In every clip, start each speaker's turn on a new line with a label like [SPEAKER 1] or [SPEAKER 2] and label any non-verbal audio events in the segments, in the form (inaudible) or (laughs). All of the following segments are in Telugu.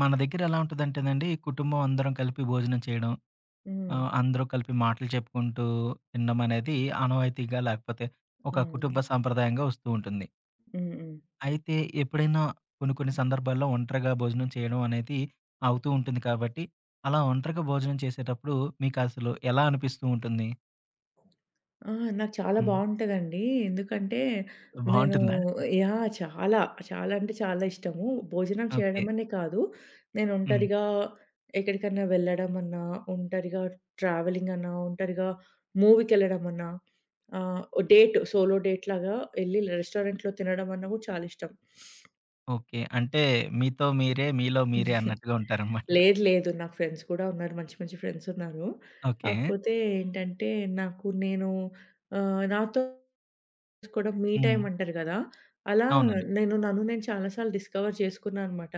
[SPEAKER 1] మన దగ్గర ఎలా ఉంటదంటేనండి, కుటుంబం అందరం కలిపి భోజనం చేయడం,
[SPEAKER 2] హ్మ్.
[SPEAKER 1] అందరూ కలిపి మాటలు చెప్పుకుంటూ తినడం అనేది ఆనవాయితీగా లేకపోతే ఒక కుటుంబ
[SPEAKER 2] అవును.
[SPEAKER 1] హ్మ్. సాంప్రదాయంగా వస్తూ ఉంటుంది.
[SPEAKER 2] హ్మ్. హ్మ్.
[SPEAKER 1] అయితే ఎప్పుడైనా కొన్ని కొన్ని సందర్భాల్లో ఒంటరిగా భోజనం చేయడం అనేది అవుతూ ఉంటుంది కాబట్టి, అలా ఒంటరిగా భోజనం చేసేటప్పుడు మీకసలు ఎలా అనిపిస్తూ ఉంటుంది?
[SPEAKER 2] ఆ! నాకు చాలా
[SPEAKER 1] హ్మ్.
[SPEAKER 2] బావుంటదండి. ఎందుకంటే నేను
[SPEAKER 1] బావుంటుందా?
[SPEAKER 2] చాలా, చాలా అంటే చాలా ఇష్టము. భోజనం
[SPEAKER 1] ఓకే.
[SPEAKER 2] చేయడమనే కాదు, నేను
[SPEAKER 1] హ్మ్.
[SPEAKER 2] ఒంటరిగా ఎక్కడికన్నా వెళ్ళడమన్నా, ఒంటరిగా ట్రావెలింగ్ అన్నా, ఒంటరిగా మూవీకెళ్ళడమన్నా, ఆహ్, డేట్ సోలో డేట్ లాగా ఎళ్లి రెస్టారెంట్‌లో తినడమన్నా గూడా చాలా ఇష్టం.
[SPEAKER 1] ఓకే. అంటే మీతో మీరే, మీలో మీరే అన్నట్టుగా ఉంటారనమాట.
[SPEAKER 2] లేదు, లేదు. నాకు ఫ్రెండ్స్ కూడా ఉన్నారు. మంచి, మంచి ఫ్రెండ్స్ ఉన్నారు.
[SPEAKER 1] ఓకే.
[SPEAKER 2] కాకపోతే ఏంటంటే నాకు నేను నాతో కూడా మీ
[SPEAKER 1] హ్మ్.
[SPEAKER 2] టైమ్ అంటారు కదా! అలా
[SPEAKER 1] అవునండి.
[SPEAKER 2] నేను నన్ను నేను చాలా సార్లు డిస్కవర్ చేసుకున్నాను అనమాట.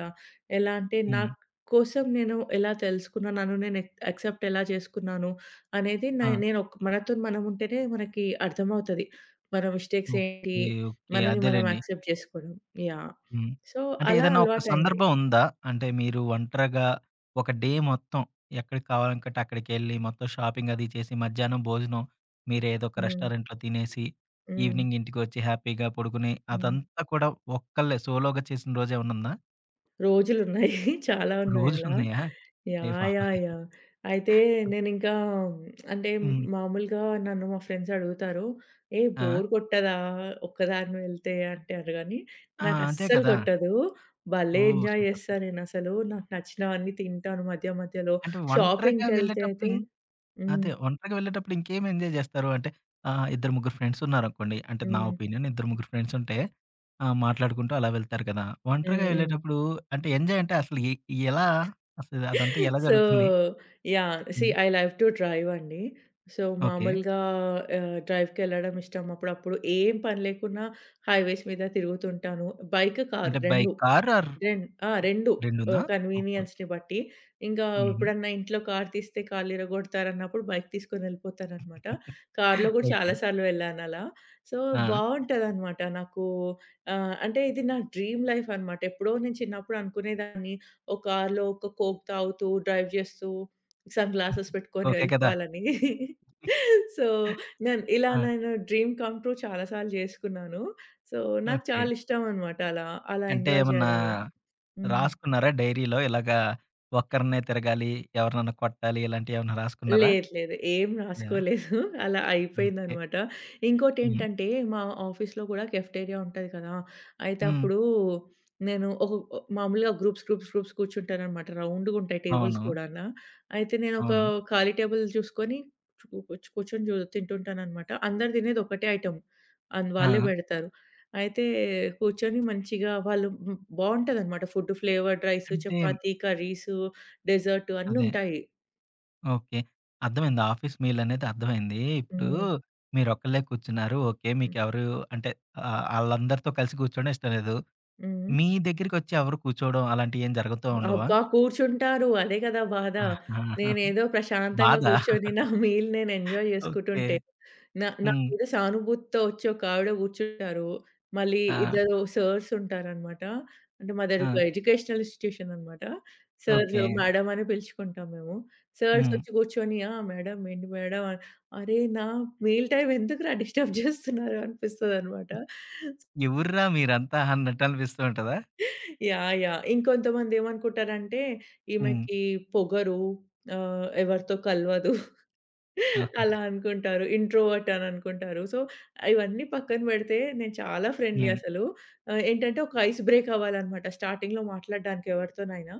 [SPEAKER 2] ఎలా అంటే నా
[SPEAKER 1] హ్మ్.
[SPEAKER 2] కోసం నేను ఎలా తెలుసుకున్నా, నన్ను నేను యాక్సెప్ట్ ఎలా చేసుకున్నాను అనేది నే
[SPEAKER 1] ఆ!
[SPEAKER 2] నేను మనతోని మనం ఉంటేనే మనకి అర్థమవుతది. మన మిస్టేక్స్ ఏంటి?
[SPEAKER 1] ఓకే. ఓకే.
[SPEAKER 2] మనల్ని మనం
[SPEAKER 1] అదేలెండి.
[SPEAKER 2] యాక్సెప్ట్ చేసుకోవడం. యాహ్!
[SPEAKER 1] హ్మ్.
[SPEAKER 2] సో,
[SPEAKER 1] అంటే
[SPEAKER 2] అలా
[SPEAKER 1] ఏదన్నా ఒక
[SPEAKER 2] అలవాటయింది.
[SPEAKER 1] సందర్భం ఉందా? అంటే మీరు ఒంటరిగా ఒక డే మొత్తం ఎక్కడికి కావాలనుకుంటే అక్కడికెళ్ళి మొత్తం షాపింగ్ అది చేసి మధ్యాహ్నం భోజనం మీరేదో ఒక
[SPEAKER 2] హ్మ్.
[SPEAKER 1] రెస్టారెంట్‌లో తినేసి
[SPEAKER 2] హ్మ్.
[SPEAKER 1] ఈవినింగ్ ఇంటికొచ్చి హ్యాపీగా పడుకుని
[SPEAKER 2] హ్మ్.
[SPEAKER 1] అదంతా కూడా ఒక్కళ్ళే సోలోగా చేసిన రోజేమన్నా ఉందా?
[SPEAKER 2] రోజులున్నాయి. (laughs) చాలా ఉన్నాయి అలా.
[SPEAKER 1] రోజులున్నాయా? అయ్య
[SPEAKER 2] యాహ్, యాహ్,
[SPEAKER 1] బాబోయ్!
[SPEAKER 2] యాహ్! అయితే నేనింకా అంటే
[SPEAKER 1] హ్మ్.
[SPEAKER 2] మామూలుగా నన్ను మా ఫ్రెండ్స్ అడుగుతారు, "ఏయ్!
[SPEAKER 1] ఆ!
[SPEAKER 2] బోర్ కొట్టదా ఒక్కదాన్ని వెళ్తే" అంటారు గానీ,
[SPEAKER 1] ఆ! అదే
[SPEAKER 2] నాకస్సలు
[SPEAKER 1] కదా!
[SPEAKER 2] కొట్టదు. భలే
[SPEAKER 1] ఓహ్!
[SPEAKER 2] Enjoy
[SPEAKER 1] super.
[SPEAKER 2] చేస్తా నేనసలు. నాకు నచ్చినవన్నీ తింటాను మధ్య మధ్యలో.
[SPEAKER 1] అంటే ఒంటరిగా
[SPEAKER 2] షాపింగ్‌కెళ్తే
[SPEAKER 1] వెళ్ళేటప్పుడు
[SPEAKER 2] అయితే
[SPEAKER 1] ఇం
[SPEAKER 2] హ్మ్.
[SPEAKER 1] అదే. ఒంటరిగా వెళ్ళేటప్పుడు ఇంకేం ఎంజాయ్ జేస్తారు? అంటే ఇద్దరు ముగ్గురు ఫ్రెండ్స్ ఉన్నారనుకోండి. అంటే నా
[SPEAKER 2] హ్మ్.
[SPEAKER 1] ఒపీనియన్ ఇద్దరు ముగ్గురు ఫ్రెండ్స్ ఉంటే మాట్లాడుకుంటూ అలా వెళ్తారు కదా! ఒంటరిగా
[SPEAKER 2] హ్మ్. హ్మ్.
[SPEAKER 1] వెళ్ళేటప్పుడు అంటే ఎంజాయ్ అంటే అసలు ఎ ఎలా? అసలు అదంతా ఎలా
[SPEAKER 2] సో,
[SPEAKER 1] జరుగుతుంది?
[SPEAKER 2] Yeah, see
[SPEAKER 1] hmm.
[SPEAKER 2] I live to drive అండి. So,
[SPEAKER 1] okay.
[SPEAKER 2] మామూలుగా డ్రైవ్‌కెళ్ళడం ఇష్టం. అప్పుడప్పుడు ఏం పని లేకున్నా హైవేస్ మీద తిరుగుతుంటాను. బైక్, కారు
[SPEAKER 1] అంటే బై
[SPEAKER 2] 2.
[SPEAKER 1] కార్ ఆర్
[SPEAKER 2] రెం ఆ! 2,
[SPEAKER 1] రెండునా? ఓకే. ఓకే.
[SPEAKER 2] కన్వీనియన్స్‌ని బట్టి. ఇంకా
[SPEAKER 1] హుహు.
[SPEAKER 2] ఎప్పుడన్నా ఇంట్లో కారు తీస్తే కాళ్ళిరగొడతారన్నప్పుడు బైక్ తీసుకొని ఎళ్ళిపోతాననమాట.
[SPEAKER 1] (laughs)
[SPEAKER 2] కారులో గూడా
[SPEAKER 1] ఓకే.
[SPEAKER 2] చాలా సార్లు వెళ్ళానలా. సో,
[SPEAKER 1] ఆ!
[SPEAKER 2] బావుంటదనమాట నాకు. అంటే ఇది నా డ్రీమ్ లైఫ్ అనమాట. ఎప్పుడో నేను చిన్నప్పుడు అనుకునేదాన్ని ఓ కారులో ఒక కోక్ తాగుతూ, డ్రైవ్ చేస్తూ, సన్ గ్లాసెస్ పెట్టుకొని
[SPEAKER 1] ఓకే కదా!
[SPEAKER 2] వెళ్ళిపోవాలని. సో, నేను ఇలా
[SPEAKER 1] ఆ!
[SPEAKER 2] నేను డ్రీమ్ కమ్ ట్రూ చాలా సార్లు చేసుకున్నాను. సో, నాకు
[SPEAKER 1] ఓకే.
[SPEAKER 2] చాలా ఇష్టం అనమాట అలా, అలా
[SPEAKER 1] అంటే
[SPEAKER 2] ఎంజాయ్
[SPEAKER 1] ఏమన్నా
[SPEAKER 2] చేయడము. హ్మ్.
[SPEAKER 1] రాసుకున్నారా డైరీలో? ఇలాగా ఒక్కరినే తిరగాలి, ఎవరినన్నా కొట్టాలి ఇలాంటియేమన్నా రాసుకున్నారా?
[SPEAKER 2] లేదు, లేదు. ఏం
[SPEAKER 1] యాహ్!
[SPEAKER 2] రాసుకోలేదు. అలా
[SPEAKER 1] ఓకే.
[SPEAKER 2] అయిపోయిందనమాట.
[SPEAKER 1] హ్మ్.
[SPEAKER 2] ఇంకోటేంటంటే, మా ఆఫీస్‌లో గూడా కెఫెటేరియా ఉంటది కదా! అయితే
[SPEAKER 1] హ్మ్.
[SPEAKER 2] అప్పుడు నేను ఒక ఒ మామూలుగా గ్రూప్స్, గ్రూప్స్, గ్రూప్స్ కూర్చుంటాననమాట. రౌండ్‌గుంటాయి టేబుల్స్
[SPEAKER 1] అవును.
[SPEAKER 2] గూడానా. అయితే నేనొక
[SPEAKER 1] అవును.
[SPEAKER 2] ఖాళీ టేబుల్ చూసుకొని చు కూర్చు కూర్చొని చూ తింటుంటాననమాట. అందరూ తినేది ఒకటే ఐటెమ్. అన్ వాళ్ళే
[SPEAKER 1] ఆ!
[SPEAKER 2] బెడతారు. అయితే కూర్చొని మంచిగా వాళ్ళు బావుంటదనమాట. ఫుడ్ ఫ్లేవర్డ్ రైస్,
[SPEAKER 1] అంటే
[SPEAKER 2] చపాతీ, కర్రీసు, డెజర్ట్
[SPEAKER 1] అదే.
[SPEAKER 2] అన్నుంటాయి.
[SPEAKER 1] ఓకే. అర్థమైంది. ఆఫీస్ మీల్ అనేది అర్థమైంది. ఇప్పుడు
[SPEAKER 2] హ్మ్.
[SPEAKER 1] మీరొక్కళ్ళే కూర్చున్నారు. ఓకే.
[SPEAKER 2] హ్మ్.
[SPEAKER 1] మీకెవరు అంటే ఆళ్ళందరితో కలిసి కూర్చోవడం ఇష్టం లేదు.
[SPEAKER 2] హ్మ్.
[SPEAKER 1] మీ దగ్గరికొచ్చి ఎవరు కూర్చోవడం అలాంటియేం జరుగుతూ ఉండవా?
[SPEAKER 2] అబ్బా! కూర్చుంటారు. అదే కదా బాధ.
[SPEAKER 1] (laughs) ఆహా!
[SPEAKER 2] నేనేదో ప్రశాంతంగా
[SPEAKER 1] బాధా?
[SPEAKER 2] కూర్చొని నా మీల్ నేను ఎంజాయ్
[SPEAKER 1] ఓకే.
[SPEAKER 2] చేసుకుంటుంటే, నా నా
[SPEAKER 1] హ్మ్.
[SPEAKER 2] మీద సానుభూతితో వచ్చి ఒక ఆవిడ కూర్చుంటారు. మళ్ళీ
[SPEAKER 1] ఆ!
[SPEAKER 2] ఇద్దరు సర్స్ ఉంటారనమాట. అంటే మాదొక
[SPEAKER 1] ఆ!
[SPEAKER 2] ఎడ్యుకేషనల్ ఇన్‌స్టిట్యూషన్ అనమాట. Sir,
[SPEAKER 1] okay.
[SPEAKER 2] మేడమ్ అని పిలుచుకుంటాం మేము. సర్స్
[SPEAKER 1] హ్మ్.
[SPEAKER 2] వచ్చి కూర్చొని, "ఆ! మేడమ్ ఏంటి మేడమ్". అరే! నా మీల్ టైమ్ ఎందుకురా డిస్టర్బ్ చేస్తున్నారు అనిపిస్తదనమాట.
[SPEAKER 1] ఎవర్రా మీరంతా అన్నట్టు అనిపిస్తూ ఉంటదా?
[SPEAKER 2] Yeah, yeah! ఇంకొంతమంది ఏమనుకుంటారంటే,
[SPEAKER 1] హ్మ్.
[SPEAKER 2] ఈమెకి పొగరు, ఎవరితో కలవదు
[SPEAKER 1] ఆహా!
[SPEAKER 2] అలా అనుకుంటారు. ఇంట్రోవర్ట్ అని అనుకుంటారు. సో, ఇవన్నీ పక్కన పెడితే నేను చాలా ఫ్రెండ్లీ
[SPEAKER 1] హ్మ్.
[SPEAKER 2] అసలు. ఏంటంటే ఒక ఐస్ బ్రేక్ అవ్వాలనమాట స్టార్టింగ్‌లో మాట్లాడడానికి ఎవరితోనైనా.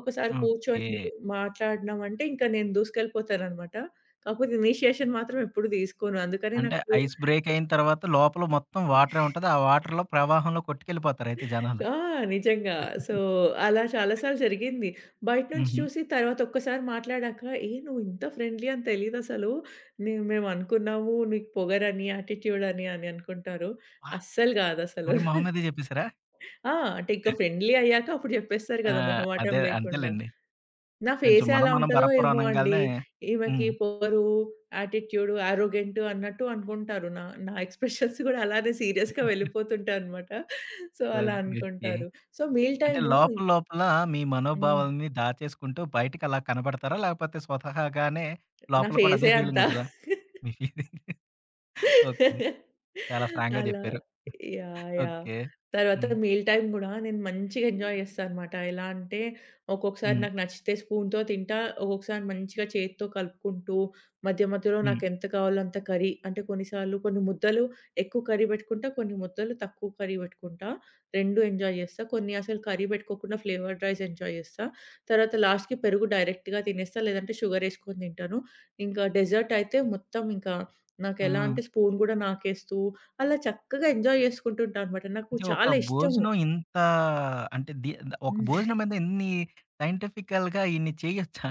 [SPEAKER 2] ఒకసారి
[SPEAKER 1] ఓకే.
[SPEAKER 2] కూర్చొని మాట్లాడినామంటే ఇంకా నేను దూసుకెళ్ళిపోతాననమాట. కాకపోతే ఇనీషియేషన్ మాత్రం ఎప్పుడు తీసుకోను. అందుకనే
[SPEAKER 1] అంటే
[SPEAKER 2] నాకు.
[SPEAKER 1] ఐస్ బ్రేక్ అయిన తర్వాత లోపల మొత్తం వాటరే ఉంటది. ఆ వాటర్‌లో ప్రవాహంలో కొట్టుకెళ్ళిపోతారు అయితే జనాలు.
[SPEAKER 2] ఆ! నిజంగా. సో, అలా చాలా సార్లు జరిగింది. బయట నుంచి
[SPEAKER 1] హుహు.
[SPEAKER 2] చూసి తర్వాత ఒక్కసారి మాట్లాడాక, "ఏ నువ్వు ఇంత ఫ్రెండ్లీ అని తెలీదసలు. మేమనుకున్నాము నీకు పొగరని, యాటిట్యూడ్ అని" అని అనుకుంటారు.
[SPEAKER 1] అబ్బా!
[SPEAKER 2] అస్సలు గాదసలు.
[SPEAKER 1] మరి మొహం మీదే చెప్పేసారా?
[SPEAKER 2] ఆ! అంటే ఇంకా ఫ్రెండ్లీ అయ్యాక అప్పుడు జెప్పేస్తారు
[SPEAKER 1] ఆ!
[SPEAKER 2] గదా! మొహమాటం
[SPEAKER 1] అదే
[SPEAKER 2] లేకుండా.
[SPEAKER 1] అంతేలెండి.
[SPEAKER 2] నా
[SPEAKER 1] కొంచెం
[SPEAKER 2] ఫేసే
[SPEAKER 1] మనం
[SPEAKER 2] అలా
[SPEAKER 1] మనం
[SPEAKER 2] ఉంటదో
[SPEAKER 1] బరప్పరం
[SPEAKER 2] ఏమో అండి.
[SPEAKER 1] అనంగాల్నే
[SPEAKER 2] ఈమెకి
[SPEAKER 1] హ్మ్.
[SPEAKER 2] పొగరు, యాటిట్యూడ్, యారోగెంట్ అన్నట్టు అనుకుంటారు. నా నా ఎక్స్‌ప్రెషన్స్ గూడా అలానే సీరియస్‌గా వెళ్ళిపోతుంటాయనమాట. సో, అలా
[SPEAKER 1] కొద్దిగా ఓకే.
[SPEAKER 2] అనుకుంటారు. సో, మీల్
[SPEAKER 1] అంటే
[SPEAKER 2] టైము
[SPEAKER 1] లోపల లోపల మీ
[SPEAKER 2] హ్మ్.
[SPEAKER 1] మనోభావాల్ని దాచేసుకుంటూ బయటికి అలా కనపడతారా? లేకపోతే స్వతహాగానే
[SPEAKER 2] నా
[SPEAKER 1] లోపల కూడా అదే
[SPEAKER 2] ఫేసే అంత.
[SPEAKER 1] ఫీలింగ్ ఉంటదా? మీ ఫీలింగ్ ఓకే.
[SPEAKER 2] (laughs)
[SPEAKER 1] చాలా ఫ్రాంక్‌గా
[SPEAKER 2] అలా
[SPEAKER 1] చెప్పారు.
[SPEAKER 2] Yeah, yeah!
[SPEAKER 1] ఓకే.
[SPEAKER 2] తర్వాత
[SPEAKER 1] హ్మ్.
[SPEAKER 2] మీల్ టైమ్ గూడా నేను మంచిగా ఎంజాయ్ చేస్తా అనమాట. ఎలా అంటే ఒక్కొక్కసారి
[SPEAKER 1] హ్మ్.
[SPEAKER 2] నాకు నచ్చితే స్పూన్‌తో తింటా. ఒక్కొక్కసారి మంచిగా చేత్తో కలుపుకుంటూ మధ్య మధ్యలో
[SPEAKER 1] హ్మ్.
[SPEAKER 2] నాకెంత కావాలో అంత కర్రీ, అంటే కొన్నిసార్లు కొన్ని ముద్దలు ఎక్కువ కర్రీ పెట్టుకుంటా. కొన్ని ముద్దలు తక్కువ కర్రీ పెట్టుకుంటా. 2 ఎంజాయ్ చేస్తా. కొన్ని అసలు కర్రీ పెట్టుకోకుండా ఫ్లేవర్డ్ రైస్ ఎంజాయ్ చేస్తా. తర్వాత లాస్ట్‌కి పెరుగు డైరెక్ట్‌గా తినేస్తా. లేదంటే షుగర్ ఏసుకొని తింటాను. ఇంకా డెజర్ట్ అయితే మొత్తం ఇంకా
[SPEAKER 1] ఆ!
[SPEAKER 2] నాకెలా అంటే స్పూన్ గూడా నాకేస్తూ, అలా చక్కగా ఎంజాయ్ చేసుకుంటుంటా అనమాట. నాకు
[SPEAKER 1] అంటే ఒక
[SPEAKER 2] చాలా ఇష్టము.
[SPEAKER 1] భోజనం ఇంత అంటే ది ఒక
[SPEAKER 2] హ్మ్.
[SPEAKER 1] భోజనం మీద ఇన్ని సైంటిఫికల్‌గా ఇన్ని చేయొచ్చా?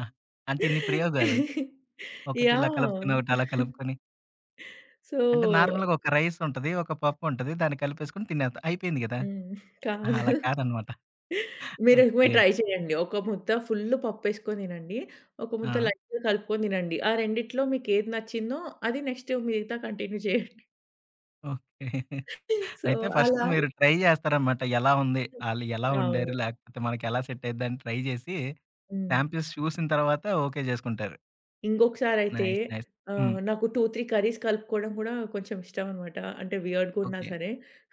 [SPEAKER 1] అంటే ఇన్ని ప్రయోగాలు. ఒకటి ఇలా
[SPEAKER 2] యాహ్!
[SPEAKER 1] కలుపుకొని, ఒకటి అలా కలుపుకొని.
[SPEAKER 2] సో,
[SPEAKER 1] అంటే నార్మల్‌గా ఒక రైస్ ఉంటది. ఒక పప్పు ఉంటది. దాన్ని కలిపేసుకొని తినేత్తాం. అయిపోయింది కదా!
[SPEAKER 2] హ్మ్. కాదు.
[SPEAKER 1] ఆహా! అలా కాదనమాట.
[SPEAKER 2] మీరు మీరు
[SPEAKER 1] ఓకే.
[SPEAKER 2] ట్రై చేయండి. ఒక ముద్ద ఫుల్లు పప్పేసుకొని తినండి. ఒక ముద్ద
[SPEAKER 1] ఆ!
[SPEAKER 2] లైట్‌గా కలుపుకొని తినండి. ఆ రెండిట్లో మీకేది నచ్చిందో అది నెక్స్ట్ మిగతా కంటిన్యూ చేయండి.
[SPEAKER 1] ఓకే.
[SPEAKER 2] సో
[SPEAKER 1] అయితే ఫస్ట్
[SPEAKER 2] అలా
[SPEAKER 1] మీరు ట్రై చేస్తారనమాట. ఎలా ఉంది? ఆళ్ళు ఎలా
[SPEAKER 2] అవును.
[SPEAKER 1] వండారు? లేకపోతే మనకి ఎలా సెట్ అయిద్దని ట్రై చేసి,
[SPEAKER 2] హ్మ్.
[SPEAKER 1] శాంపిల్స్ చూసిన తర్వాత ఓకే చేసుకుంటారు.
[SPEAKER 2] ఇంకొకసారయితే,
[SPEAKER 1] నైస్. నైస్. హ్మ్.
[SPEAKER 2] నాకు 2, 3 కర్రీస్ కలుపుకోవడం గూడా కొంచెం ఇష్టమనమాట. అంటే వియర్డ్‌గున్నా
[SPEAKER 1] ఓకే.
[SPEAKER 2] సరే,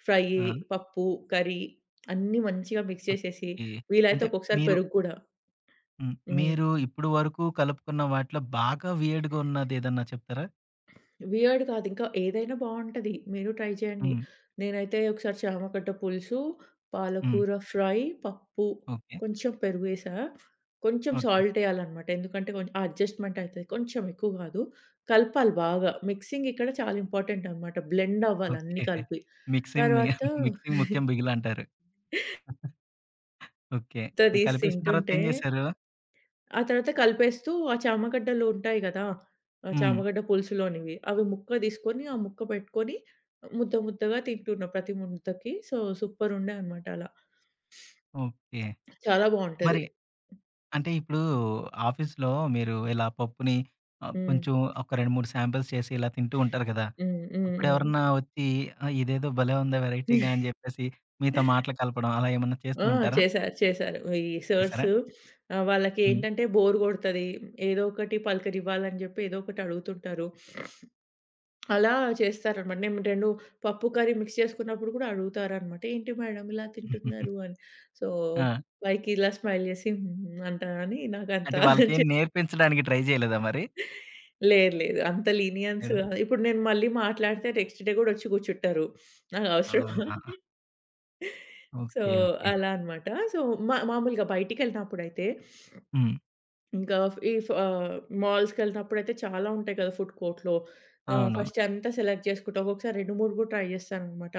[SPEAKER 2] ఫ్రై,
[SPEAKER 1] ఆ!
[SPEAKER 2] పప్పు, కర్రీ అన్నీ మంచిగా మిక్స్ చేసేసి,
[SPEAKER 1] ఓకే.
[SPEAKER 2] వీలైతే
[SPEAKER 1] అంటే
[SPEAKER 2] ఒక్కొక్కసారి
[SPEAKER 1] మీరు
[SPEAKER 2] పెరుగు గూడా.
[SPEAKER 1] హ్మ్.
[SPEAKER 2] హ్మ్.
[SPEAKER 1] మీరు ఇప్పుడు వరకు కలుపుకున్న వాటిలో బాగా వియర్డ్‌గా ఉన్నదేదన్నా చెప్తారా?
[SPEAKER 2] వియర్డ్ కాదు. ఇంకా ఏదైనా బావుంటది. మీరు ట్రై చేయండి.
[SPEAKER 1] హ్మ్.
[SPEAKER 2] నేనైతే ఒకసారి చామగడ్డ పులుసు,
[SPEAKER 1] హ్మ్.
[SPEAKER 2] పాలకూర ఫ్రై, పప్పు,
[SPEAKER 1] ఓకే.
[SPEAKER 2] కొంచెం పెరుగేసా. కొంచెం
[SPEAKER 1] ఓకే.
[SPEAKER 2] సాల్ట్ ఎయాలనమాట. ఎందుకంటే కొంచెం ఆ అడ్జస్ట్‌మెంట్ అయితది. కొంచెం ఎక్కువ కాదు. కలపాలి బాగా. మిక్సింగ్ ఇక్కడ చాలా ఇంపార్టెంట్ అనమాట. బ్లెండ్ అవ్వాలి అన్నీ
[SPEAKER 1] ఓకే.
[SPEAKER 2] కలిపి.
[SPEAKER 1] మిక్సింగ్ మి
[SPEAKER 2] తర్వాత
[SPEAKER 1] మిక్సింగ్ ముఖ్యం
[SPEAKER 2] (laughs)
[SPEAKER 1] బిగిలంటారు. ఓకే.
[SPEAKER 2] ఇంత తీసి
[SPEAKER 1] కలిపేసిన తర్వాత
[SPEAKER 2] తింటుంటే
[SPEAKER 1] ఏం చేశారు?
[SPEAKER 2] ఆ తర్వాత కలిపేస్తూ ఆ చామగడ్డలు ఉంటాయి గదా! ఆ
[SPEAKER 1] హ్మ్.
[SPEAKER 2] చామగడ్డ పులుసులోనివి. అవి ముక్క తీసుకొని, ఆ ముక్క పెట్టుకొని ముద్ద ముద్దగా తింటున్నా ప్రతి ముద్దకి. సో, సూపరుండే అనమాట అలా.
[SPEAKER 1] ఓకే.
[SPEAKER 2] చాలా
[SPEAKER 1] మరి
[SPEAKER 2] బావుంటది.
[SPEAKER 1] అంటే ఇప్పుడు ఆఫీస్‌లో మీరు ఇలా పప్పుని
[SPEAKER 2] హ్మ్.
[SPEAKER 1] కొంచెం ఒక 2, 3 శాంపిల్స్ చేసి ఇలా తింటూ ఉంటారు కదా!
[SPEAKER 2] హ్మ్. హ్మ్. హ్మ్.
[SPEAKER 1] అప్పుడెవరన్నా వచ్చి ఇదేదో భలే ఉందే వెరైటీగా అని
[SPEAKER 2] (laughs)
[SPEAKER 1] చెప్పేసి మీతో మాటలు కలపడం అలా ఏమన్నా చేస్తూ
[SPEAKER 2] ఆ!
[SPEAKER 1] ఉంటారా?
[SPEAKER 2] చేశారు. చేశారు. ఈ సర్స్,
[SPEAKER 1] చేశారా? హ్మ్.
[SPEAKER 2] వాళ్ళకేంటంటే బోర్ గొడతది. ఏదో ఒకటి పలకరివ్వాలని జెప్పి ఏదో ఒకటి అడుగుతుంటారు. అలా చేస్తారనమాట. నేను 2 పప్పు, కర్రీ మిక్స్ చేసుకున్నప్పుడు కూడా అడుగుతారనమాట. "ఏంటి మేడమ్ ఇలా తింటున్నారు" అని. సో,
[SPEAKER 1] ఆ!
[SPEAKER 2] పైకి ఇలా స్మైల్ చేసి హ్మ్ అంటా గాని నాకంత
[SPEAKER 1] అంటే వాళ్ళకి
[SPEAKER 2] చె (laughs)
[SPEAKER 1] నేర్పించడానికి ట్రై చేయలేదా మరి?
[SPEAKER 2] లేదు లేదు. అంత లీనియన్స్
[SPEAKER 1] ఏదో
[SPEAKER 2] ఇప్పుడు నేను మళ్ళీ మాట్లాడితే నెక్స్ట్ డే కూడా వచ్చి కూర్చుంటారు. నాకు అవసరమా?
[SPEAKER 1] ఆహా!
[SPEAKER 2] So,
[SPEAKER 1] okay. ఓకే.
[SPEAKER 2] అలా అనమాట. సో, మా మామూలుగా బయటికెళ్ళినప్పుడైతే
[SPEAKER 1] హ్మ్.
[SPEAKER 2] ఇంకా ఫ్- ఈ ఫ ఆహ్, మాల్స్‌కెళ్ళినప్పుడైతే చాలా ఉంటాయి కదా! ఫుడ్ కోర్ట్‌లో.
[SPEAKER 1] అవును.
[SPEAKER 2] ఫస్ట్ అంతా సెలెక్ట్ చేసుకుంటా. ఒక్కొక్కసారి 2, 3 కూడా ట్రై చేస్తాననమాట.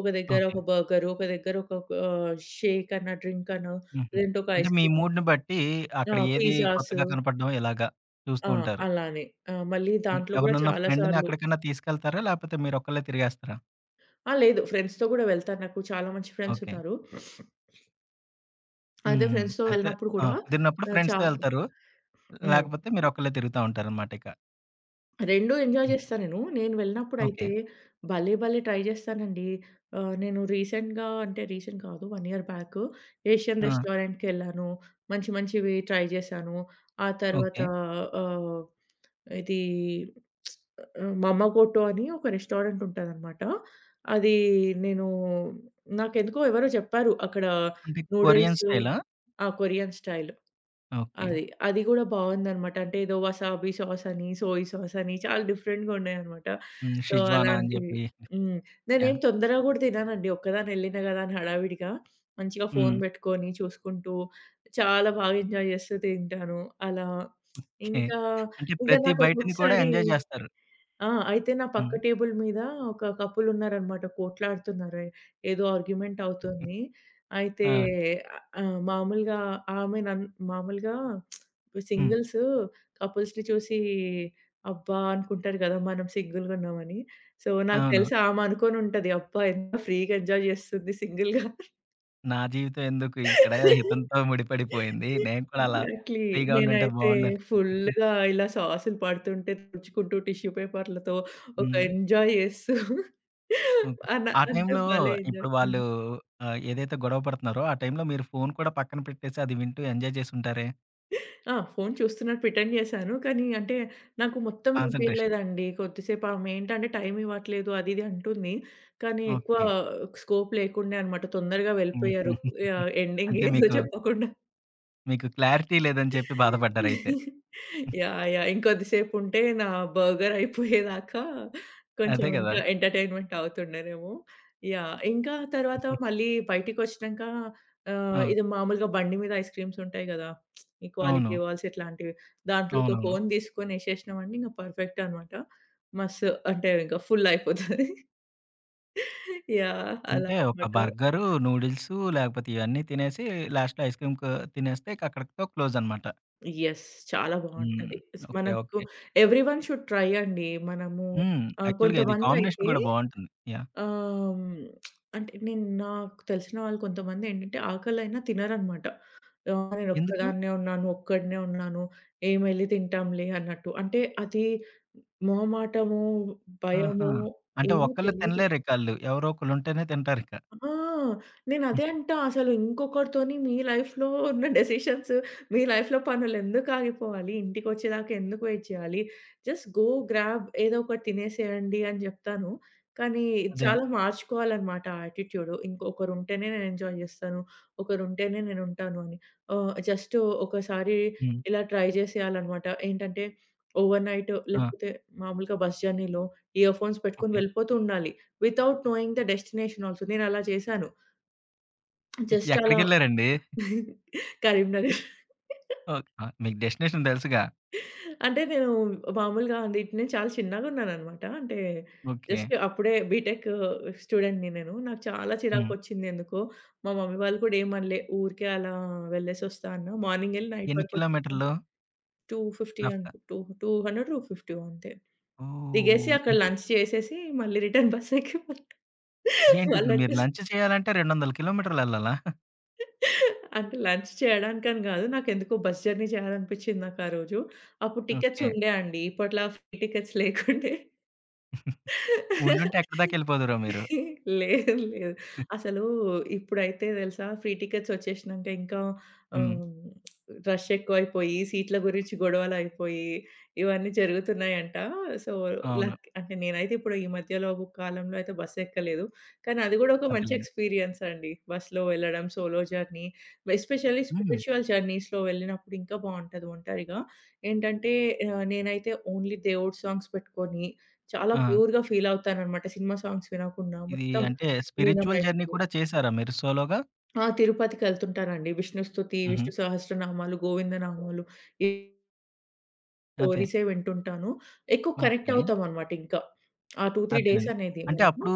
[SPEAKER 2] ఒక దగ్గర హ్మ్.
[SPEAKER 1] ఓకే.
[SPEAKER 2] ఒక బర్గరు, ఒక దగ్గర ఒక షేక్ అన్న, డ్రింక్ అన,
[SPEAKER 1] హుహు.
[SPEAKER 2] లేదంటే ఒక
[SPEAKER 1] అంటే
[SPEAKER 2] ఐస్
[SPEAKER 1] మీ
[SPEAKER 2] క్రీమ్ అన,
[SPEAKER 1] మూడ్‌ని బట్టి
[SPEAKER 2] ఆ!
[SPEAKER 1] అక్కడ ఏది
[SPEAKER 2] పిజ్జాసు.
[SPEAKER 1] కొత్తగా కనపడడం ఇలాగా చూస్తూ
[SPEAKER 2] ఆ!
[SPEAKER 1] ఉంటారు.
[SPEAKER 2] అలానే. ఆ! మళ్ళీ
[SPEAKER 1] హ్మ్.
[SPEAKER 2] దాంట్లో కూడా
[SPEAKER 1] ఎవరినన్నా
[SPEAKER 2] చాలా
[SPEAKER 1] ఫ్రెండ్‌ని
[SPEAKER 2] సార్లు.
[SPEAKER 1] అక్కడికన్నా తీసుకెళ్తారా? లేపోతే మీరొక్కళ్ళే తిరిగేస్తారా?
[SPEAKER 2] ఆ! లేదు, ఫ్రెండ్స్‌తో కూడా వెళ్తాను. నాకు చాలా మంచి ఫ్రెండ్స్
[SPEAKER 1] ఓకే.
[SPEAKER 2] ఉన్నారు. (laughs)
[SPEAKER 1] హ్మ్.
[SPEAKER 2] అయితే
[SPEAKER 1] హ్మ్.
[SPEAKER 2] ఫ్రెండ్స్‌తో
[SPEAKER 1] అయితే
[SPEAKER 2] వెళ్ళినప్పుడు
[SPEAKER 1] ఆ!
[SPEAKER 2] కూడా
[SPEAKER 1] కుదిరినప్పుడు
[SPEAKER 2] ఆహ్, చా
[SPEAKER 1] ఫ్రెండ్స్‌తో ఎళ్తారు.
[SPEAKER 2] హ్మ్.
[SPEAKER 1] లేకపోతే మీరొక్కళ్ళే తిరుగుతా ఉంటారనమాట ఇక.
[SPEAKER 2] 2 ఎంజాయ్
[SPEAKER 1] హ్మ్.
[SPEAKER 2] చేస్తా నేను. నేను
[SPEAKER 1] ఓకే.
[SPEAKER 2] వెళ్ళినప్పుడైతే భలే, భలే ట్రై చేస్తానండి. నేను రీసెంట్‌గా, అంటే రీసెంట్ కాదు, 1 ఇయర్ బ్యాక్ ఏషియన్
[SPEAKER 1] ఆ!
[SPEAKER 2] రెస్టారెంట్‌కెళ్ళాను. మంచి మంచివి ట్రై చేశాను. ఆ తర్వాత
[SPEAKER 1] ఓకే.
[SPEAKER 2] ఆహ్, ఇది మమ్మగోటో అని ఒక రెస్టారెంట్ ఉంటదనమాట. అది నేను నాకెందుకో ఎవరో చెప్పారు అక్కడ
[SPEAKER 1] అంటే కొరియన్
[SPEAKER 2] నూడిల్స్.
[SPEAKER 1] స్టైలా?
[SPEAKER 2] ఆ! కొరియన్ స్టైల్.
[SPEAKER 1] ఓకే.
[SPEAKER 2] అది. అది గూడా బావుందనమాట. అంటే ఏదో వసాబీ సాసని, సోయ్ సాసని చాలా డిఫరెంట్‌గా ఉన్నాయనమాట.
[SPEAKER 1] హ్మ్.
[SPEAKER 2] సో,
[SPEAKER 1] షిజ్వానా అని
[SPEAKER 2] అలాంటివి.
[SPEAKER 1] జెప్పి.
[SPEAKER 2] హ్మ్. నేనేం
[SPEAKER 1] యాహ్!
[SPEAKER 2] తొందరగా గూడా తిననండి. ఒక్కదాన్ని ఎళ్ళినా గదా అని హడావిడిగా. మంచిగా ఫోను
[SPEAKER 1] హ్మ్.
[SPEAKER 2] బెట్టుకొని చూసుకుంటూ, చాలా బాగా ఎంజాయ్ జేస్తూ తింటాను. అలా
[SPEAKER 1] ఓకే.
[SPEAKER 2] ఇంకా,
[SPEAKER 1] అంటే
[SPEAKER 2] ఇంకా
[SPEAKER 1] ప్రతి
[SPEAKER 2] నాకు
[SPEAKER 1] బయటని కూడా
[SPEAKER 2] ఒక్కొక్కసారి.
[SPEAKER 1] ఎంజాయ్ జేస్తారు.
[SPEAKER 2] ఆ! అయితే నా పక్క
[SPEAKER 1] హ్మ్.
[SPEAKER 2] టేబుల్ మీద ఒక కపుల్ ఉన్నారనమాట. కోట్లాడుతున్నారు. ఏదో ఆర్గ్యుమెంట్ అవుతుంది. అయితే
[SPEAKER 1] ఆ!
[SPEAKER 2] మామూలుగా ఆమె నన్ మామూలుగా
[SPEAKER 1] హ్మ్.
[SPEAKER 2] సింగిల్స్ కపుల్స్‌ని చూసి అబ్బా అనుకుంటారు కదా! మనం సింగిల్‌గా ఉన్నామని. సో, నాకు
[SPEAKER 1] అవును.
[SPEAKER 2] తెలిసి ఆమె అనుకోనుంటది. అబ్బా! ఎంత ఫ్రీగా ఎంజాయ్ చేస్తుంది సింగిల్‌గా.
[SPEAKER 1] నా జీవితం ఎందుకు ఇక్కడ ఇతనితో ముడిపడిపోయింది. నేను కూడా అలా
[SPEAKER 2] ఎగ్జాక్ట్‌లీ.
[SPEAKER 1] ఫ్రీగా ఉండుంటే
[SPEAKER 2] నేనైతే
[SPEAKER 1] బావుండని.
[SPEAKER 2] ఫుల్‌గా ఇలా సాసులు పడుతుంటే తుడుచుకుంటూ టిష్యూ పేపర్‌లతో ఒక
[SPEAKER 1] హ్మ్.
[SPEAKER 2] ఎంజాయ్ చేస్తూ
[SPEAKER 1] ఓకే.
[SPEAKER 2] అన
[SPEAKER 1] ఆ
[SPEAKER 2] అంటే
[SPEAKER 1] టైంలో
[SPEAKER 2] భలే
[SPEAKER 1] ఇప్పుడు
[SPEAKER 2] ఎంజాయ్. హ్మ్.
[SPEAKER 1] వాళ్ళు ఏదైతే గొడవ పడుతున్నారో ఆ టైంలో మీరు ఫోను కూడా పక్కన పెట్టేసి అది వింటూ ఎంజాయ్ చేసుంటారే?
[SPEAKER 2] ఆ! ఫోను చూస్తున్నట్టు ప్రిటెండ్ చేశాను. కానీ అంటే నాకు మొత్తం
[SPEAKER 1] కాన్సంట్రేషన్.
[SPEAKER 2] వినిపియలేదండి. కొద్దిసేపు ఆమె ఏంటంటే టైం ఇవ్వట్లేదు అది ఇది అంటుంది. కానీ ఎక్కువ
[SPEAKER 1] ఓకే.
[SPEAKER 2] స్కోప్ లేకుండే అనమాట. తొందరగా వెళ్ళిపోయారు.
[SPEAKER 1] హుహు.
[SPEAKER 2] ఎండింగ్
[SPEAKER 1] అంటే
[SPEAKER 2] ఏదో చెప్పకుండా.
[SPEAKER 1] మీకు క్లారిటీ లేదని చెప్పి బాధపడ్డారయితే.
[SPEAKER 2] Yeah, yeah! ఇంకొద్దిసేపుంటే నా బర్గర్ అయిపోయేదాకా
[SPEAKER 1] అదే
[SPEAKER 2] కొంచెం
[SPEAKER 1] గదా!
[SPEAKER 2] ఇంకా ఎంటర్‌టైన్‌మెంట్ అవుతుండేనేమో. యాహ్! ఇంకా తర్వాత మళ్ళీ బయటికొచ్చినంక
[SPEAKER 1] ఆ!
[SPEAKER 2] ఇది మామూలుగా బండి మీద ఐస్ క్రీమ్స్ ఉంటాయి గదా! ఈ
[SPEAKER 1] అవును.
[SPEAKER 2] క్వాలిటీ వాల్స్ ఇట్లాంటివి. దాంట్లో ఒక
[SPEAKER 1] అవునవును.
[SPEAKER 2] కోన్ తీసుకొని ఏసేసినామంటే ఇంక పర్ఫెక్ట్ అనమాట. మస్తు, అంటే ఇంక ఫుల్ అయిపోతది. యాహ్! అలా
[SPEAKER 1] అంటే ఒక
[SPEAKER 2] అనమాట.
[SPEAKER 1] బర్గరు, నూడిల్సు లేకపోతే ఇవన్నీ తినేసి లాస్ట్‌లో ఐస్ క్రీమ్ కు తినేస్తే ఇక అక్కడితో క్లోజ్ అనమాట.
[SPEAKER 2] యెస్. చాలా
[SPEAKER 1] హ్మ్.
[SPEAKER 2] బావుంటది.
[SPEAKER 1] ఓకే.
[SPEAKER 2] మనకు
[SPEAKER 1] ఓకే.
[SPEAKER 2] ఎవ్రీవన్ షుడ్ ట్రై అండి. మనము
[SPEAKER 1] హ్మ్. యాక్చువల్‌గా ఇది కాంబినేషన్
[SPEAKER 2] కొంతమందైతే
[SPEAKER 1] కూడా బావుంటుంది. యాహ్!
[SPEAKER 2] ఆహ్, అంటే నేను నాకు తెలిసిన వాళ్ళు కొంతమందేంటంటే ఆకలైనా తినరనమాట.
[SPEAKER 1] ఎందుకు?
[SPEAKER 2] నేనొక్కదాన్నే ఉన్నాను, ఒక్కడినే ఉన్నాను, ఏం ఎళ్లి తింటాంలే అన్నట్టు. అంటే అది మొహమాటము,
[SPEAKER 1] ఆహా!
[SPEAKER 2] భయము,
[SPEAKER 1] అంటే
[SPEAKER 2] ఏమీ
[SPEAKER 1] ఒక్కళ్ళే
[SPEAKER 2] తెలీదు.
[SPEAKER 1] తినలేరిక ఆళ్ళు. ఎవరో ఒకళ్ళుంటేనే తింటారిక.
[SPEAKER 2] ఆ!
[SPEAKER 1] హ్మ్.
[SPEAKER 2] నేనదే అంటా అసలు ఇంకొకరితోని మీ లైఫ్‌లో ఉన్న డెసిషన్స్, మీ లైఫ్‌లో పనులెందుకు ఆగిపోవాలి? ఇంటికొచ్చేదాకా ఎందుకు వెయిట్ చేయాలి? జస్ట్ గో గ్రాబ్ ఏదో ఒకటి తినేసేయండి అని జెప్తాను. కానీ
[SPEAKER 1] అదే.
[SPEAKER 2] చాలా మార్చుకోవాలన్నమాట ఆ యాటిట్యూడ్. ఇంకొకరుంటేనే నేను ఎంజాయ్ జేస్తాను. ఒకరుంటేనే నేనుంటాను అని. జస్ట్ ఒకసారి
[SPEAKER 1] హ్మ్.
[SPEAKER 2] ఇలా ట్రై జేసేయాలన్నమాట. ఏంటంటే ఓవర్‌నైట్
[SPEAKER 1] ఆ!
[SPEAKER 2] లేకపోతే మామూలుగా బస్ జర్నీలో ఇయర్‌ఫోన్స్ పెట్టుకొని
[SPEAKER 1] ఓకే.
[SPEAKER 2] వెళ్ళిపోతూ ఉండాలి. Without knowing the destination also. నేనలా చేశాను. జస్ట్ అలా
[SPEAKER 1] ఎక్కడికెళ్లారండి?
[SPEAKER 2] (laughs) కరీంనగర్.
[SPEAKER 1] ఓకే. ఆ! మీకు డెస్టినేషన్ తెలుసుగా.
[SPEAKER 2] అంటే నేను మామూలుగా అండి నేను చాలా చిన్నగున్నాననమాట. అంటే
[SPEAKER 1] ఓకే.
[SPEAKER 2] జస్ట్ అప్పుడే బీటెక్ స్టూడెంట్‌ని నేను. నాకు చాలా
[SPEAKER 1] హ్మ్.
[SPEAKER 2] చిరాకొచ్చింది ఎందుకో. మా మమ్మీ వాళ్ళు కూడా ఏమనలే. ఊరికే అలా వెళ్ళేసొస్తా అన్నా. మార్నింగ్ ఎళ్లి నైట్
[SPEAKER 1] ఎన్ని
[SPEAKER 2] వరకు వచ్చేసాను.
[SPEAKER 1] కిలోమీటర్లు?
[SPEAKER 2] 250
[SPEAKER 1] రఫ్‌గా
[SPEAKER 2] అనుకు టూ టూ హండ్రెడో, 250 అంతే. దిగేసి అక్కడ
[SPEAKER 1] ఓహ్!
[SPEAKER 2] లంచ్ చేసేసి మళ్ళీ రిటర్న్ బస్ ఎక్కి
[SPEAKER 1] ఏంటి ఇప్పుడు మీరు
[SPEAKER 2] మళ్ళొచ్చేసా.
[SPEAKER 1] లంచ్ చేయాలంటే 200 కిలోమీటర్లెళ్ళాలా?
[SPEAKER 2] అంటే లంచ్ చేయడానికని గాదు. నాకెందుకో బస్ జర్నీ చేయాలనిపిచ్చింది నాకా రోజు. అప్పుడు టికెట్స్
[SPEAKER 1] ఓకే.
[SPEAKER 2] ఉండే అండి. ఇప్పట్లా ఫ్రీ టికెట్స్ లేకుండే.
[SPEAKER 1] ఉండుంటే ఎక్కడి దాకా
[SPEAKER 2] (laughs)
[SPEAKER 1] ఎళ్ళిపోదురో మీరు.
[SPEAKER 2] లేదు, లేదు. అసలు ఇప్పుడైతే తెలుసా ఫ్రీ టికెట్స్ వచ్చేసినంక ఇంకా
[SPEAKER 1] హ్మ్.
[SPEAKER 2] ఆహ్, రష్ ఎక్కువైపోయి, సీట్ల గురించి గొడవలయిపోయి, ఇవన్నీ జరుగుతున్నాయంట. సో,
[SPEAKER 1] అవును.
[SPEAKER 2] లక్ అంటే నేనైతే ఇప్పుడు ఈ మధ్యలో ఒక కాలంలో అయితే బస్ ఎక్కలేదు. కానీ అది కూడా ఒక మంచి
[SPEAKER 1] అదేలెండి.
[SPEAKER 2] ఎక్స్‌పీరియన్స్ అండి. బస్‌లో వెళ్ళడం, solo journey, especially
[SPEAKER 1] hmm.
[SPEAKER 2] Spiritual జర్నీస్‌లో వెళ్ళినప్పుడు ఇంకా బావుంటది ఒంటరిగా. ఏంటంటే నేనైతే ఓన్లీ దేవుడి సాంగ్స్ పెట్టుకొని చాలా
[SPEAKER 1] ఆ!
[SPEAKER 2] ప్యూర్‌గా ఫీలవుతాననమాట. సినిమా సాంగ్స్ వినకుండా
[SPEAKER 1] ఇది
[SPEAKER 2] మొత్తం
[SPEAKER 1] అంటే స్పిరిచ్యువల్ జర్నీ
[SPEAKER 2] లీనమైపోయి.
[SPEAKER 1] కూడా చేసారా మీరు సోలోగా?
[SPEAKER 2] ఆ! తిరుపతికెళ్తుంటానండి. విష్ణు స్తుతి,
[SPEAKER 1] హుహు.
[SPEAKER 2] విష్ణు సహస్రనామాలు, గోవింద నామాలు, ఈ
[SPEAKER 1] అదే.
[SPEAKER 2] స్టోరీసే వింటుంటాను. ఎక్కువ కనెక్ట్
[SPEAKER 1] ఓకే.
[SPEAKER 2] అవుతామనమాట ఇంకా. ఆ 2, 3 డేస్
[SPEAKER 1] అదేనండి.
[SPEAKER 2] అనేది
[SPEAKER 1] అంటే
[SPEAKER 2] మనము.
[SPEAKER 1] అప్పుడు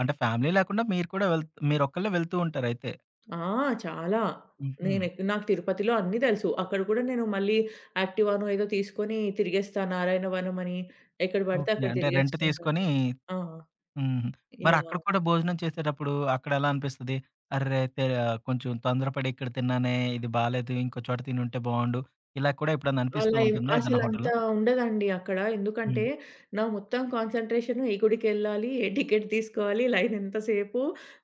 [SPEAKER 1] అంటే ఫ్యామిలీ లేకుండా మీరు కూడా వెళ్ మీరొక్కళ్ళే వెళ్తూ ఉంటారయితే.
[SPEAKER 2] ఆ! చాలా.
[SPEAKER 1] హుహు.
[SPEAKER 2] నాకు తిరుపతిలో అన్నీ తెలుసు. అక్కడ కూడా నేను మళ్ళీ యాక్టివానో ఏదో తీసుకొని తిరిగేస్తా. నారాయణ వనం అని ఎక్కడ పడితే
[SPEAKER 1] ఓకే.
[SPEAKER 2] అక్కడ
[SPEAKER 1] అంటే రెంట్
[SPEAKER 2] తిరిగేస్తుంటాను.
[SPEAKER 1] తీసుకొని
[SPEAKER 2] ఆ!
[SPEAKER 1] హ్మ్. మరి అక్కడ
[SPEAKER 2] యాహ్!
[SPEAKER 1] కూడా భోజనం చేసేటప్పుడు అక్కడెలా అనిపిస్తది? అర్రె! తె కొంచెం తొందరపడి ఇక్కడ తిన్నానే, ఇది బాలేదు. ఇంకో చోట తినుంటే బావుండు. ఇలా కూడా ఎప్పుడన్నా అనిపిస్తూ
[SPEAKER 2] అలా ఏం
[SPEAKER 1] ఉంటుందా ఏదైనా
[SPEAKER 2] అసలంత
[SPEAKER 1] హోటల్‌లో?
[SPEAKER 2] ఉండదండి అక్కడ.
[SPEAKER 1] హ్మ్.
[SPEAKER 2] ఎందుకంటే, నా మొత్తం కాన్సంట్రేషన్ ఏ గుడికెళ్ళాలి, ఏ టికెట్ తీసుకోవాలి, లైన్ ఎంతసేపు,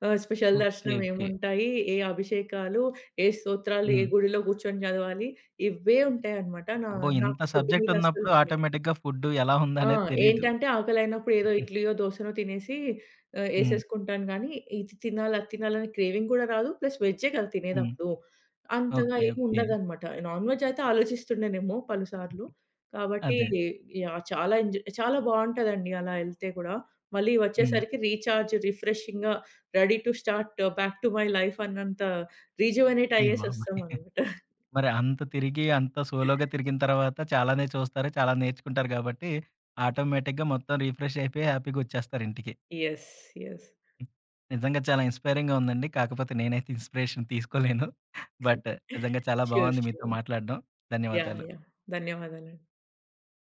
[SPEAKER 2] స్పెషల్
[SPEAKER 1] ఓకే.
[SPEAKER 2] దర్శనం
[SPEAKER 1] ఓకే.
[SPEAKER 2] ఏముంటాయి, ఏ అభిషేకాలు, ఏ స్తోత్రాలు, ఏ
[SPEAKER 1] హ్మ్.
[SPEAKER 2] గుడిలో కూర్చొని చదవాలి, ఇవే ఉంటాయన్నమాట.
[SPEAKER 1] అబ్బో!
[SPEAKER 2] నాకు
[SPEAKER 1] ఇంత
[SPEAKER 2] ఫుడ్
[SPEAKER 1] సబ్జెక్ట్
[SPEAKER 2] మీద
[SPEAKER 1] ఉన్నప్పుడు
[SPEAKER 2] అస్సలుండదు.
[SPEAKER 1] ఆటోమేటిక్‌గా ఫుడ్ ఎలా
[SPEAKER 2] ఆ!
[SPEAKER 1] ఉందనేది తెలీదు.
[SPEAKER 2] ఏంటంటే ఆకలైనప్పుడు ఏదో ఇడ్లీయో, దోసనో తినేసి
[SPEAKER 1] హ్మ్.
[SPEAKER 2] ఏసేసుకుంటాను గానీ, ఇది తినాలి, అది తినాలని క్రేవింగ్ గూడా రాదు. ప్లస్ వెజ్జే కదా
[SPEAKER 1] హ్మ్.
[SPEAKER 2] తినేదప్పుడు. అంతగా
[SPEAKER 1] ఓకే.
[SPEAKER 2] ఏమి
[SPEAKER 1] ఓకే.
[SPEAKER 2] ఉండదనమాట. నాన్ వెజ్ అయితే ఆలోచిస్తుండేనేమో పలుసార్లు. కాబట్టి
[SPEAKER 1] అదే.
[SPEAKER 2] యాహ్! చాలా ఎంజాయ్, చాలా బావుంటదండి అలా ఎళ్తే గూడా. మళ్ళీ
[SPEAKER 1] హ్మ్.
[SPEAKER 2] వచ్చేసరికి రీచార్జ్, రిఫ్రెషింగ్‌గా ready to start back to my life అన్నంత రిజువనేట్
[SPEAKER 1] ఏ బాబోయ్!
[SPEAKER 2] అయ్యేసొస్తామనమాట.
[SPEAKER 1] మరి అంత తిరిగి, అంత సోలోగా తిరిగిన తర్వాత చాలానే చూస్తారు, చాలా నేర్చుకుంటారు గాబట్టి, ఆటోమేటిక్‌గా మొత్తం రిఫ్రెష్ అయిపోయి హ్యాపీగొచ్చేస్తారు ఇంటికి.
[SPEAKER 2] Yes, yes.
[SPEAKER 1] నిజంగా చాలా ఇన్‌స్పైరింగ్‌గా ఉందండి. కాకపోతే నేనైతే ఇన్‌స్పిరేషన్ తీసుకోలేను. బట్ నిజంగా చాలా
[SPEAKER 2] ష్యూర్,
[SPEAKER 1] బావుంది మీతో
[SPEAKER 2] ష్యూర్.
[SPEAKER 1] మాట్లాడడం.
[SPEAKER 2] యాహ్,
[SPEAKER 1] ధన్యవాదాలు.
[SPEAKER 2] యాహ్! (laughs) ధన్యవాదాలండి.